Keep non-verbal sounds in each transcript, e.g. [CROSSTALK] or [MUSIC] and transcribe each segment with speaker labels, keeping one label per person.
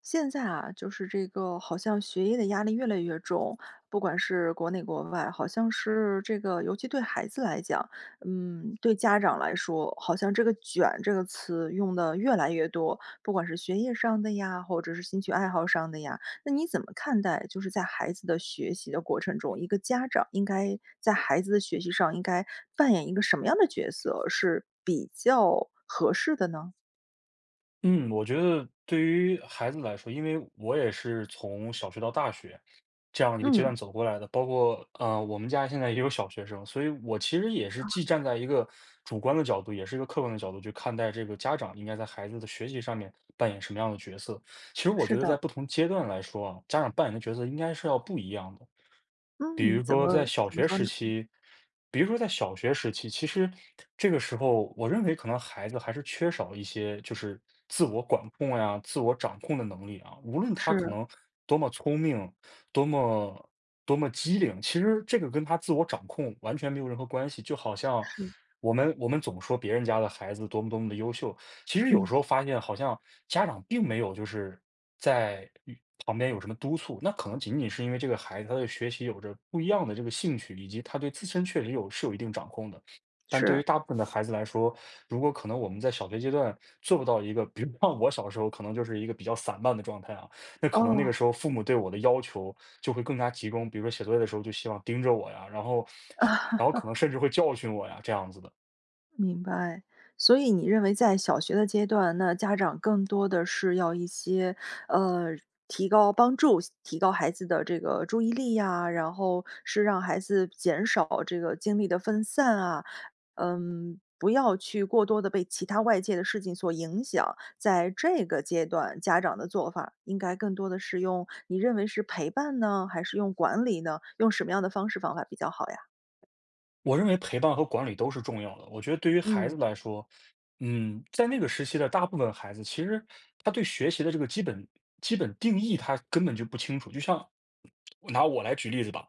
Speaker 1: 现在啊，就是这个好像学业的压力越来越重，不管是国内国外，好像是这个，尤其对孩子来讲，对家长来说，好像这个"卷"这个词用的越来越多，不管是学业上的呀，或者是兴趣爱好上的呀。那你怎么看待，就是在孩子的学习的过程中，一个家长应该在孩子的学习上应该扮演一个什么样的角色是比较合适的呢？
Speaker 2: 嗯，我觉得对于孩子来说，因为我也是从小学到大学这样一个阶
Speaker 1: 嗯，
Speaker 2: 段走过来的，包括我们家现在也有小学生，所以我其实也是既站在一个主观的角度，也是一个客观的角度去看待这个家长应该在孩子的学习上面扮演什么样的角色。其实我
Speaker 1: 是
Speaker 2: 觉得在
Speaker 1: 的，
Speaker 2: 不同阶段来说啊，家长扮演的角色应该是要不一样的。比
Speaker 1: 嗯，
Speaker 2: 如
Speaker 1: 怎
Speaker 2: 说在
Speaker 1: 么
Speaker 2: 小
Speaker 1: 怎么
Speaker 2: 学
Speaker 1: 说
Speaker 2: 时
Speaker 1: 呢？
Speaker 2: 期，比如说在小学时期，其实这个时候，我认为可能孩子还是缺少一些就是自我管控呀、自我掌控的能力啊。无论他可
Speaker 1: 是，
Speaker 2: 能多么聪明、多么多么机灵，其实这个跟他自我掌控完全没有任何关系。就好像
Speaker 1: 是，
Speaker 2: 我们总说别人家的孩子多么多么的优秀，其实有
Speaker 1: 嗯，
Speaker 2: 时候发现好像家长并没有就是在与旁边有什么督促，那可能仅仅是因为这个孩子他的学习有着不一样的这个兴趣，以及他对自身确实是有一定掌控的。但对于
Speaker 1: 是，
Speaker 2: 大部分的孩子来说，如果可能我们在小学阶段做不到一个，比如像我小时候可能就是一个比较散漫的状态啊，那可能那个
Speaker 1: 哦，
Speaker 2: 时候父母对我的要求就会更加集中，比如说写作业的时候就希望盯着我呀，然后可能甚至会教训我呀，这样子的。
Speaker 1: 明白。所以你认为在小学的阶段，那家长更多的是要一些，呃，帮助提高孩子的这个注意力呀，然后是让孩子减少这个精力的分散啊，嗯，不要去过多的被其他外界的事情所影响。在这个阶段，家长的做法应该更多的是用你认为是陪伴呢，还是用管理呢？用什么样的方式方法比较好呀？
Speaker 2: 我认为陪伴和管理都是重要的。我觉得对于孩子
Speaker 1: 嗯，
Speaker 2: 来说，嗯，在那个时期的大部分孩子，其实他对学习的这个基本定义，他根本就不清楚。就像拿我来举例子吧，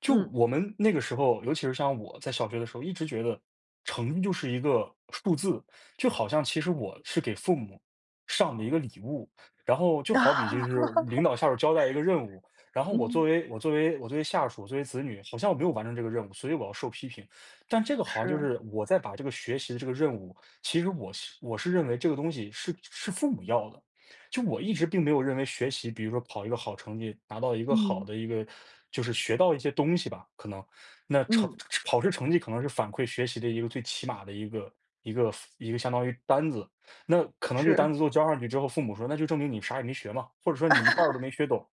Speaker 2: 就
Speaker 1: 嗯，
Speaker 2: 我们那个时候，尤其是像我在小学的时候，一直觉得成绩就是一个数字，就好像其实我是给父母上的一个礼物，然后就
Speaker 1: [LAUGHS] 啊
Speaker 2: 好比就是领导下属交代一个任务，然后我作
Speaker 1: 嗯，
Speaker 2: 为我作为我作为下属，作为子女，好像我没有完成这个任务，所以我要受批评。但这个好像就
Speaker 1: 是，
Speaker 2: 是我在把这个学习的这个任务，其实我是认为这个东西是父母要的，就我一直并没有认为学习，比如说考一个好成绩，拿到一个好
Speaker 1: 嗯，
Speaker 2: 的一个，就是学到一些东西吧，可能那成
Speaker 1: 嗯，
Speaker 2: 考试成绩可能是反馈学习的一个最起码的一个一个相当于单子。那可能这个单
Speaker 1: 是，
Speaker 2: 子都交上去之后，父母说那就证明你啥也没学嘛，或者说你一半儿都没学懂。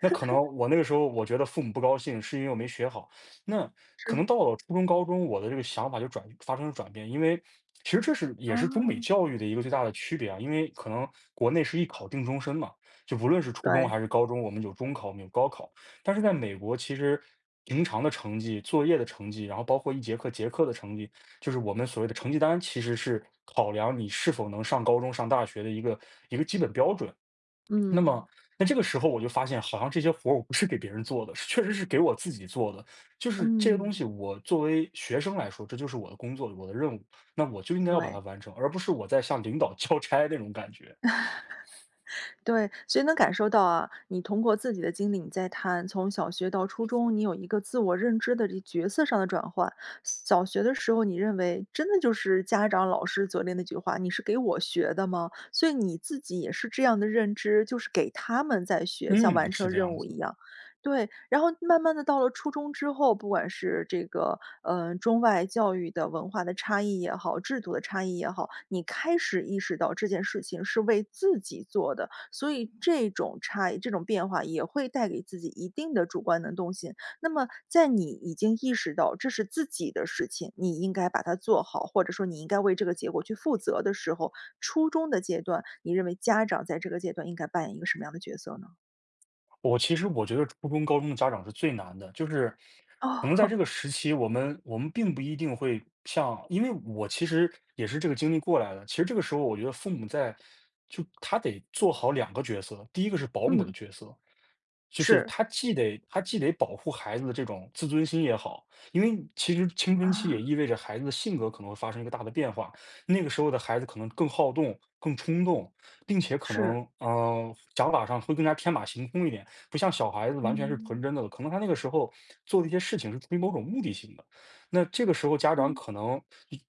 Speaker 2: 那可能我那个时候我觉得父母不高兴，是因为我没学好。那可能
Speaker 1: 是，
Speaker 2: 到了初中、高中，我的这个想法就发生了转变，因为其实也
Speaker 1: 啊，
Speaker 2: 是中美教育的一个最大的区别啊，因为可能国内是一考定终身嘛，就不论是初中
Speaker 1: 对，
Speaker 2: 还是高中，我们有中考，我们有高考，但是在美国其实，平常的成绩、作业的成绩，然后包括一节课结课的成绩，就是我们所谓的成绩单，其实是考量你是否能上高中、上大学的一个一个基本标准。那
Speaker 1: 嗯，
Speaker 2: 么，那这个时候我就发现，好像这些活儿我不是给别人做的，是确实是给我自己做的。就是这些东西，
Speaker 1: 嗯，
Speaker 2: 我作为学生来说，这就是我的工作，我的任务，那我就应该要把它
Speaker 1: 对。
Speaker 2: 完成，而不是我在向领导 [LAUGHS] 交差那种感觉。
Speaker 1: 对，所以能感受到啊，你通过自己的经历，你在谈从小学到初中，你有一个自我认知的这角色上的转换。小学的时候，你认为真的就是家长、老师责令那句话，你是给我学的吗？所以你自己也是这样的认知，就是给他们在学，像
Speaker 2: 嗯，
Speaker 1: 完成
Speaker 2: 是这
Speaker 1: 任
Speaker 2: 样
Speaker 1: 务一
Speaker 2: 子。
Speaker 1: 样。对，然后慢慢的到了初中之后，不管是这个中外教育的文化的差异也好，制度的差异也好，你开始意识到这件事情是为自己做的，所以这种差异、这种变化也会带给自己一定的主观能动性。那么在你已经意识到这是自己的事情，你应该把它做好，或者说你应该为这个结果去负责的时候，初中的阶段，你认为家长在这个阶段应该扮演一个什么样的角色呢？
Speaker 2: 我其实我觉得初中、高中的家长是最难的，就是可
Speaker 1: 哦，
Speaker 2: 能在这
Speaker 1: [LAUGHS]
Speaker 2: 个时期，我们并不一定会像，因为我其实也是这个经历过来的。其实这个时候，我觉得父母在就他得做好两个角色，第一个是保姆的
Speaker 1: 嗯，
Speaker 2: 角色，就是
Speaker 1: 是，
Speaker 2: 他既得保护孩子的这种自尊心也好，因为其实青春期也意
Speaker 1: 啊，
Speaker 2: 味着孩子的性格可能会发生一个大的变化，那个时候的孩子可能更好动、更冲动，并且可
Speaker 1: 是，
Speaker 2: 能想法上会更加天马行空一点。不像小孩子完全是纯
Speaker 1: 嗯，
Speaker 2: 真的了，可能他那个时候做的一些事情是出于某种目的性的。那这个时候家长
Speaker 1: 嗯，
Speaker 2: 可能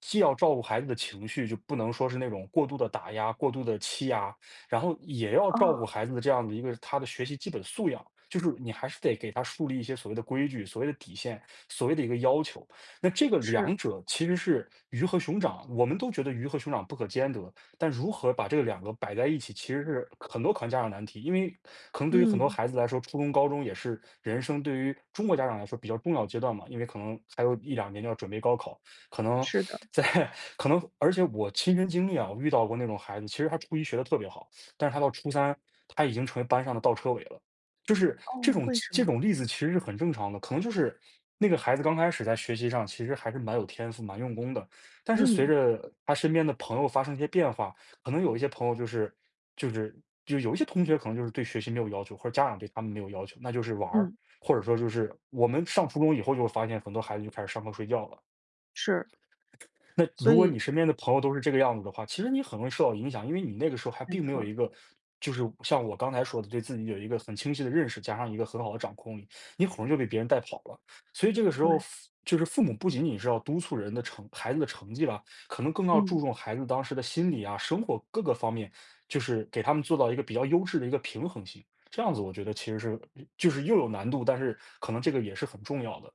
Speaker 2: 既要照顾孩子的情绪，就不能说是那种过度的打压、过度的欺压，然后也要照顾
Speaker 1: 哦，
Speaker 2: 孩子的这样的一个他的学习基本素养。就是你还是得给他树立一些所谓的规矩、所谓的底线、所谓的一个要求。那这个
Speaker 1: 是，
Speaker 2: 两者其实是鱼和熊掌，我们都觉得鱼和熊掌不可兼得，但如何把这两个摆在一起，其实是很多可能家长难题，因为可能对于很多
Speaker 1: 嗯，
Speaker 2: 孩子来说，初中、高中也是人生对于中国家长来说比较重要的阶段嘛，因为可能还有一两年就要准备高考，可能
Speaker 1: 是的，
Speaker 2: 在 [LAUGHS] 可能，而且我亲身经历啊，我遇到过那种孩子，其实他初一学的特别好，但是他到初三，他已经成为班上的倒车尾了。就是这
Speaker 1: 哦，
Speaker 2: 种
Speaker 1: 为什
Speaker 2: 这
Speaker 1: 么？
Speaker 2: 种例子其实是很正常的，可能就是那个孩子刚开始在学习上其实还是蛮有天赋、蛮用功的，但是随
Speaker 1: 嗯，
Speaker 2: 着他身边的朋友发生一些变化，可能有一些朋友就是就有一些同学可能就是对学习没有要求，或者家长对他们没有要求，那就是玩儿，
Speaker 1: 嗯，
Speaker 2: 或者说就是我们上初中以后就会发现很多孩子就开始上课睡觉了。
Speaker 1: 是，
Speaker 2: 那
Speaker 1: 所
Speaker 2: 如果你
Speaker 1: 以
Speaker 2: 身边的朋友都是这个样子的话，其实你很容易受到影响，因为你那个时候还
Speaker 1: 没
Speaker 2: 并没有
Speaker 1: 错，
Speaker 2: 一个，就是像我刚才说的，对自己有一个很清晰的认识，加上一个很好的掌控力，你很容易就被别人带跑了。所以这个时候，
Speaker 1: 对，
Speaker 2: 父就是父母不仅仅是要督促人的成孩子的成绩了，可能更要
Speaker 1: 嗯。
Speaker 2: 注重孩子当时的心理啊、生活各个方面，就是给他们做到一个比较优质的一个平衡性。这样子，我觉得其实是就是又有难度，但是可能这个也是很重要的。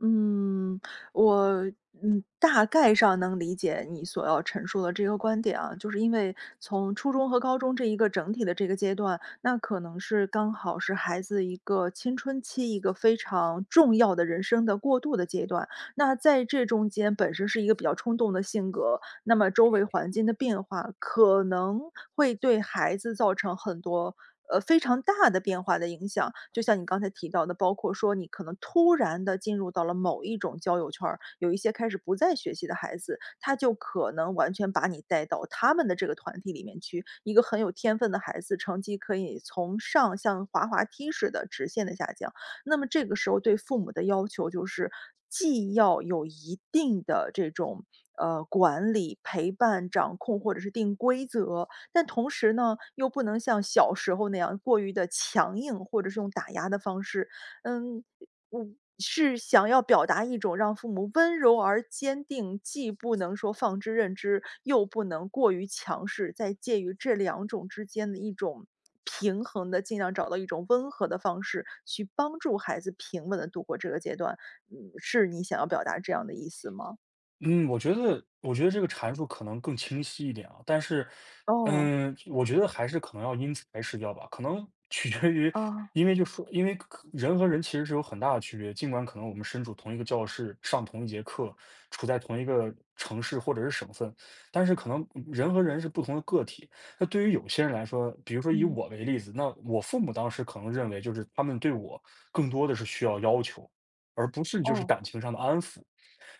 Speaker 1: 嗯，我大概上能理解你所要陈述的这个观点啊，就是因为从初中和高中这一个整体的这个阶段，那可能是刚好是孩子一个青春期一个非常重要的人生的过渡的阶段。那在这中间本身是一个比较冲动的性格，那么周围环境的变化可能会对孩子造成很多非常大的变化的影响。就像你刚才提到的，包括说你可能突然的进入到了某一种交友圈儿，有一些开始不再学习的孩子，他就可能完全把你带到他们的这个团体里面去。一个很有天分的孩子，成绩可以从上像滑滑梯似的直线的下降，那么这个时候对父母的要求就是，既要有一定的这种，管理、陪伴、掌控或者是定规则，但同时呢，又不能像小时候那样过于的强硬，或者是用打压的方式。嗯，我是想要表达一种让父母温柔而坚定，既不能说放之任之，又不能过于强势，在介于这两种之间的一种平衡的，尽量找到一种温和的方式，去帮助孩子平稳的度过这个阶段。嗯，是你想要表达这样的意思吗？
Speaker 2: 嗯，我觉得这个阐述可能更清晰一点啊，但是，
Speaker 1: 哦，
Speaker 2: 嗯，我觉得还是可能要因材施教吧，可能取决于，
Speaker 1: 哦，
Speaker 2: 因为就说，因为可人和人其实是有很大的区别，尽管可能我们身处同一个教室，上同一节课，处在同一个城市或者是省份，但是可能人和人是不同的个体。那对于有些人来说，比如说以
Speaker 1: 嗯，
Speaker 2: 我为例子，那我父母当时可能认为就是他们对我更多的是需要要求，而不是就是
Speaker 1: 哦，
Speaker 2: 感情上的安抚。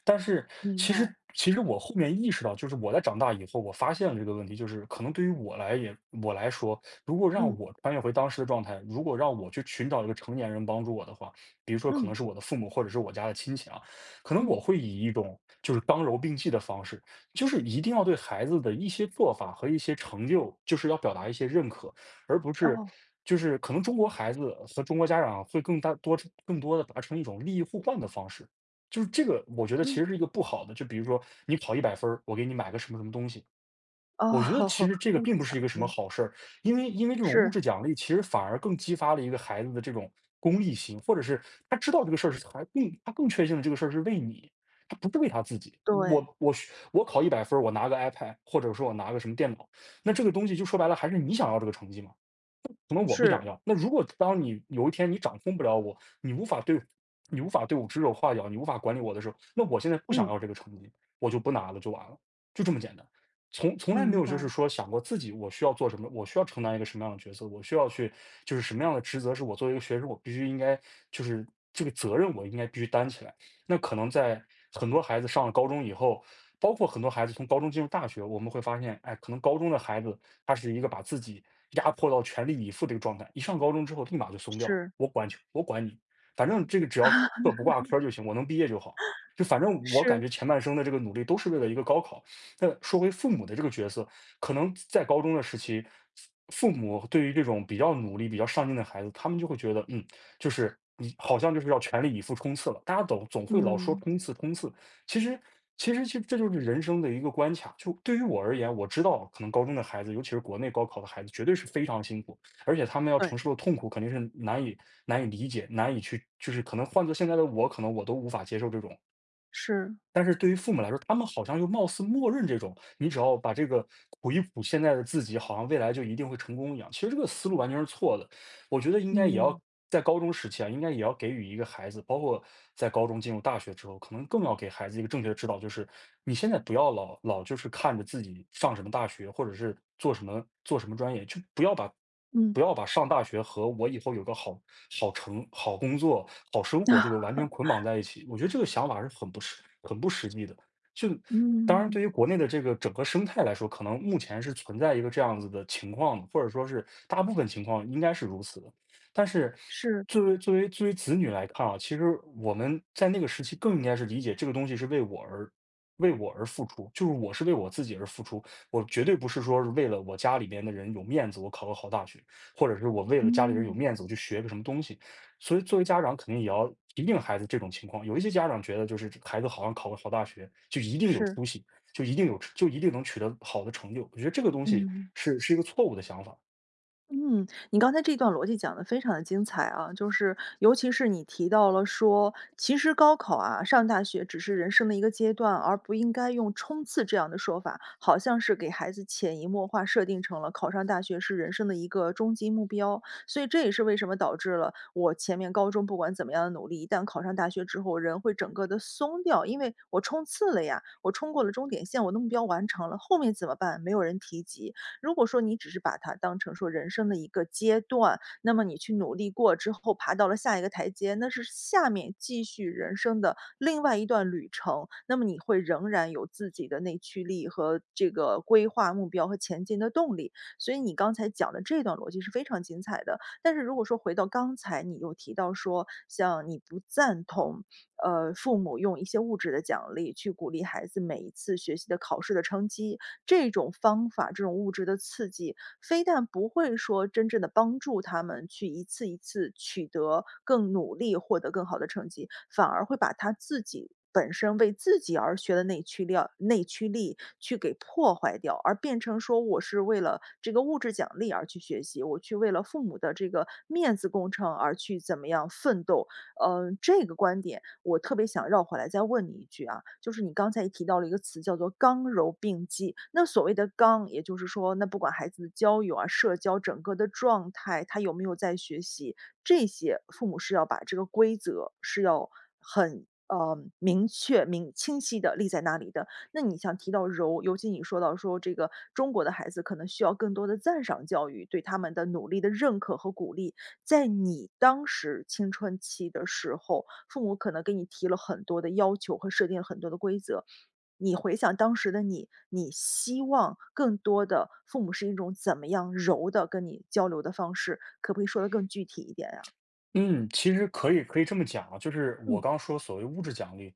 Speaker 2: 但是
Speaker 1: 明
Speaker 2: 其实
Speaker 1: 白，
Speaker 2: 其实我后面意识到，就是我在长大以后，我发现了这个问题，就是可能对于我来说，如果
Speaker 1: 嗯，
Speaker 2: 让我穿越回当时的状态，如果让我去寻找一个成年人帮助我的话，比如说可
Speaker 1: 嗯，
Speaker 2: 能是我的父母或者是我家的亲戚啊，可能
Speaker 1: 嗯，
Speaker 2: 我会以一种就是刚柔并济的方式，就是一定要对孩子的一些做法和一些成就，就是要表达一些认可，而不是。
Speaker 1: 哦，
Speaker 2: 就是可能中国孩子和中国家长会更多的达成一种利益互换的方式，就是这个，我觉得其
Speaker 1: 嗯，
Speaker 2: 实是一个不好的。就比如说你考一百分儿我给你买个什么什么东西，
Speaker 1: 哦，
Speaker 2: 我觉得其
Speaker 1: [LAUGHS]
Speaker 2: 实这个
Speaker 1: 物
Speaker 2: 并
Speaker 1: 质
Speaker 2: 不
Speaker 1: 奖
Speaker 2: 是一个什么
Speaker 1: 励，
Speaker 2: 好事儿。因为这种物
Speaker 1: 是，
Speaker 2: 质奖励，其实反而更激发了一个孩子的这种功利心，或者是他知道这个事儿是他更确信了这个事儿是为你，他不是为他自己。我
Speaker 1: 对，
Speaker 2: 我学我考一百分儿我拿个 iPad，或者说我拿个什么电脑，那这个东西就说白了还是你想要这个成绩嘛。可能我不想
Speaker 1: 是，
Speaker 2: 要。那如果当你有一天你掌控不了我，你无法对你无法对我指手画脚，你无法管理我的时候，那我现在不想
Speaker 1: 嗯。
Speaker 2: 要这个成绩，我就不拿了，就完了，就这么简单。从来没
Speaker 1: 明
Speaker 2: 有
Speaker 1: 白，
Speaker 2: 就是说想过自己我需要做什么，我需要承担一个什么样的角色，我需要去就是什么样的职责是我作为一个学生我必须应该就是这个责任我应该必须担起来。那可能在很多孩子上了高中以后，包括很多孩子从高中进入大学，我们会发现，哎，可能高中的孩子他是一个把自己压迫到全力以赴这个状态。一上高中之后，立马就松掉了，
Speaker 1: 是，
Speaker 2: 我管球我管你，反正这个只要课不挂科就行，我能毕业就好。就反正我感
Speaker 1: 是，
Speaker 2: 觉前半生的这个努力都是为了一个高考。那说回父母的这个角色，可能在高中的时期，父母对于这种比较努力、比较上进的孩子，他们就会觉得，嗯，就是你好像就是要全力以赴冲刺了。大家总会老说
Speaker 1: 嗯，
Speaker 2: 冲刺、冲刺，其实其实这就是人生的一个关卡。就对于我而言，我知道可能高中的孩子，尤其是国内高考的孩子，绝对是非常辛苦，而且他们要
Speaker 1: 对，
Speaker 2: 承受的痛苦肯定是难以理解、难以去，就是可能换做现在的我，可能我都无法接受这种。
Speaker 1: 是，
Speaker 2: 但是对于父母来说，他们好像又貌似默认这种，你只要把这个谱一谱，现在的自己好像未来就一定会成功一样。其实这个思路完全是错的。我觉得应该也
Speaker 1: 嗯，
Speaker 2: 要在高中时期啊，应该也要给予一个孩子，包括在高中进入大学之后，可能更要给孩子一个正确的指导，就是你现在不要老就是看着自己上什么大学，或者是做什么专业，就不要把
Speaker 1: 嗯，
Speaker 2: 不要把上大学和我以后有个好好成好工作、好生活这
Speaker 1: 啊，
Speaker 2: 个完全捆绑在一起。我觉得这个想法是很不实际的。就当然，对于
Speaker 1: 嗯，
Speaker 2: 国内的这个整个生态来说，可能目前是存在一个这样子的情况的，或者说是大部分情况应该是如此的。但是，
Speaker 1: 是，
Speaker 2: 作为子女来看啊，其实我们在那个时期更应该是理解这个东西是为我而付出，就是我是为我自己而付出，我绝对不是说是为了我家里边的人有面子，我考个好大学，或者是我为了家里人有
Speaker 1: 嗯，
Speaker 2: 面子，我去学个什么东西。所以作为家长肯定也要提醒孩子这种情况。有一些家长觉得就是这孩子好像考个好大学就一定有
Speaker 1: 是，
Speaker 2: 出息，就一定能取得好的成就，我觉得这个东
Speaker 1: 嗯，是，
Speaker 2: 西
Speaker 1: 嗯。
Speaker 2: 是一个错误的想法。
Speaker 1: 嗯，你刚才这段逻辑讲的非常的精彩啊，就是尤其是你提到了说，其实高考啊，上大学只是人生的一个阶段，而不应该用冲刺这样的说法，好像是给孩子潜移默化设定成了考上大学是人生的一个终极目标。所以这也是为什么导致了我前面高中不管怎么样的努力，一旦考上大学之后，人会整个的松掉，因为我冲刺了呀，我冲过了终点线，我的目标完成了，后面怎么办？没有人提及。如果说你只是把它当成说人生的一个阶段，那么你去努力过之后，爬到了下一个台阶，那是下面继续人生的另外一段旅程。那么你会仍然有自己的内驱力和这个规划目标和前进的动力。所以你刚才讲的这段逻辑是非常精彩的。但是如果说回到刚才你又提到说，像你不赞同，父母用一些物质的奖励去鼓励孩子每一次学习的考试的成绩，这种方法，这种物质的刺激，非但不会说真正的帮助他们去一次一次取得更努力，获得更好的成绩，反而会把他自己本身为自己而学的内驱力去给破坏掉，而变成说我是为了这个物质奖励而去学习，我去为了父母的这个面子工程而去怎么样奋斗。这个观点我特别想绕回来再问你一句啊，就是你刚才也提到了一个词叫做"刚柔并济"。那所谓的"刚"，也就是说，那不管孩子的交友啊、社交整个的状态，他有没有在学习，这些父母是要把这个规则是要很明确、明清晰的立在那里的。那你像提到柔，尤其你说到说这个中国的孩子可能需要更多的赞赏教育，对他们的努力的认可和鼓励。在你当时青春期的时候，父母可能给你提了很多的要求和设定了很多的规则。你回想当时的你，你希望更多的父母是一种怎么样柔的跟你交流的方式？可不可以说的更具体一点呀？
Speaker 2: 嗯，其实可以这么讲啊，就是我
Speaker 1: 嗯，
Speaker 2: 刚说所谓物质奖励，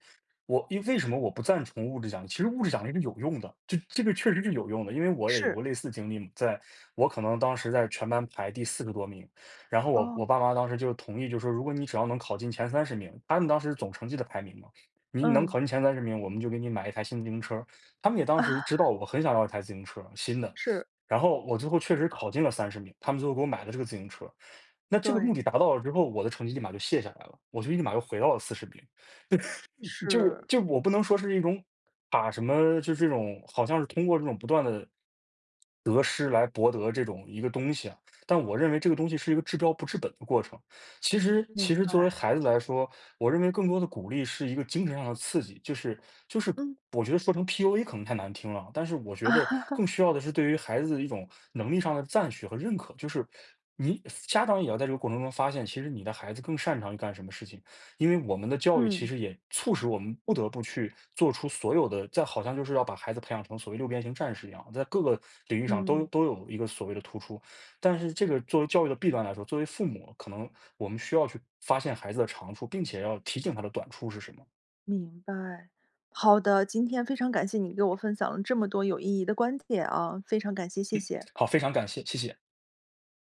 Speaker 2: 我因为为什么我不赞成物质奖励？其实物质奖励是有用的，就这个确实是有用的，因为我也有
Speaker 1: 是，
Speaker 2: 过类似的经历嘛，在我可能当时在全班排第40多名，然后我
Speaker 1: 哦，
Speaker 2: 我爸妈当时就同意，就说如果你只要能考进前三十名，他们当时总成绩的排名嘛，你能
Speaker 1: 嗯，
Speaker 2: 考进前三十名，我们就给你买一台新自行车。他们也当
Speaker 1: 啊，
Speaker 2: 时知道我很想要一台自行车，新的，
Speaker 1: 是，
Speaker 2: 然后我最后确实考进了三十名，他们最后给我买了这个自行车。那这个目
Speaker 1: 对，
Speaker 2: 的达到了之后，我的成绩立马就卸下来了，我就立马又回到了40名。就是
Speaker 1: 是，
Speaker 2: 就我不能说是一种卡什么，就是这种好像是通过这种不断的得失来博得这种一个东西啊。但我认为这个东西是一个治标不治本的过程。其实，其
Speaker 1: 明
Speaker 2: 实作为
Speaker 1: 白，
Speaker 2: 孩子来说，我认为更多的鼓励是一个精神上的刺激，就是
Speaker 1: 嗯，
Speaker 2: 我觉得说成 PUA 可能太难听了啊，但是我觉得更
Speaker 1: [LAUGHS]
Speaker 2: 需要的是对于孩子的一种能力上的赞许和认可，就是。你家长也要在这个过程中发现，其实你的孩子更擅长于干什么事情。因为我们的教育其
Speaker 1: 嗯，
Speaker 2: 实也促使我们不得不去做出所有的，在好像就是要把孩子培养成所谓六边形战士一样，在各个领域上都
Speaker 1: 嗯。
Speaker 2: 都有一个所谓的突出。但是这个作为教育的弊端来说，作为父母，可能我们需要去发现孩子的长处，并且要提醒他的短处是什么。
Speaker 1: 明白，好的，今天非常感谢你给我分享了这么多有意义的观点啊，非常感谢，谢谢。
Speaker 2: 好，非常感谢，谢谢。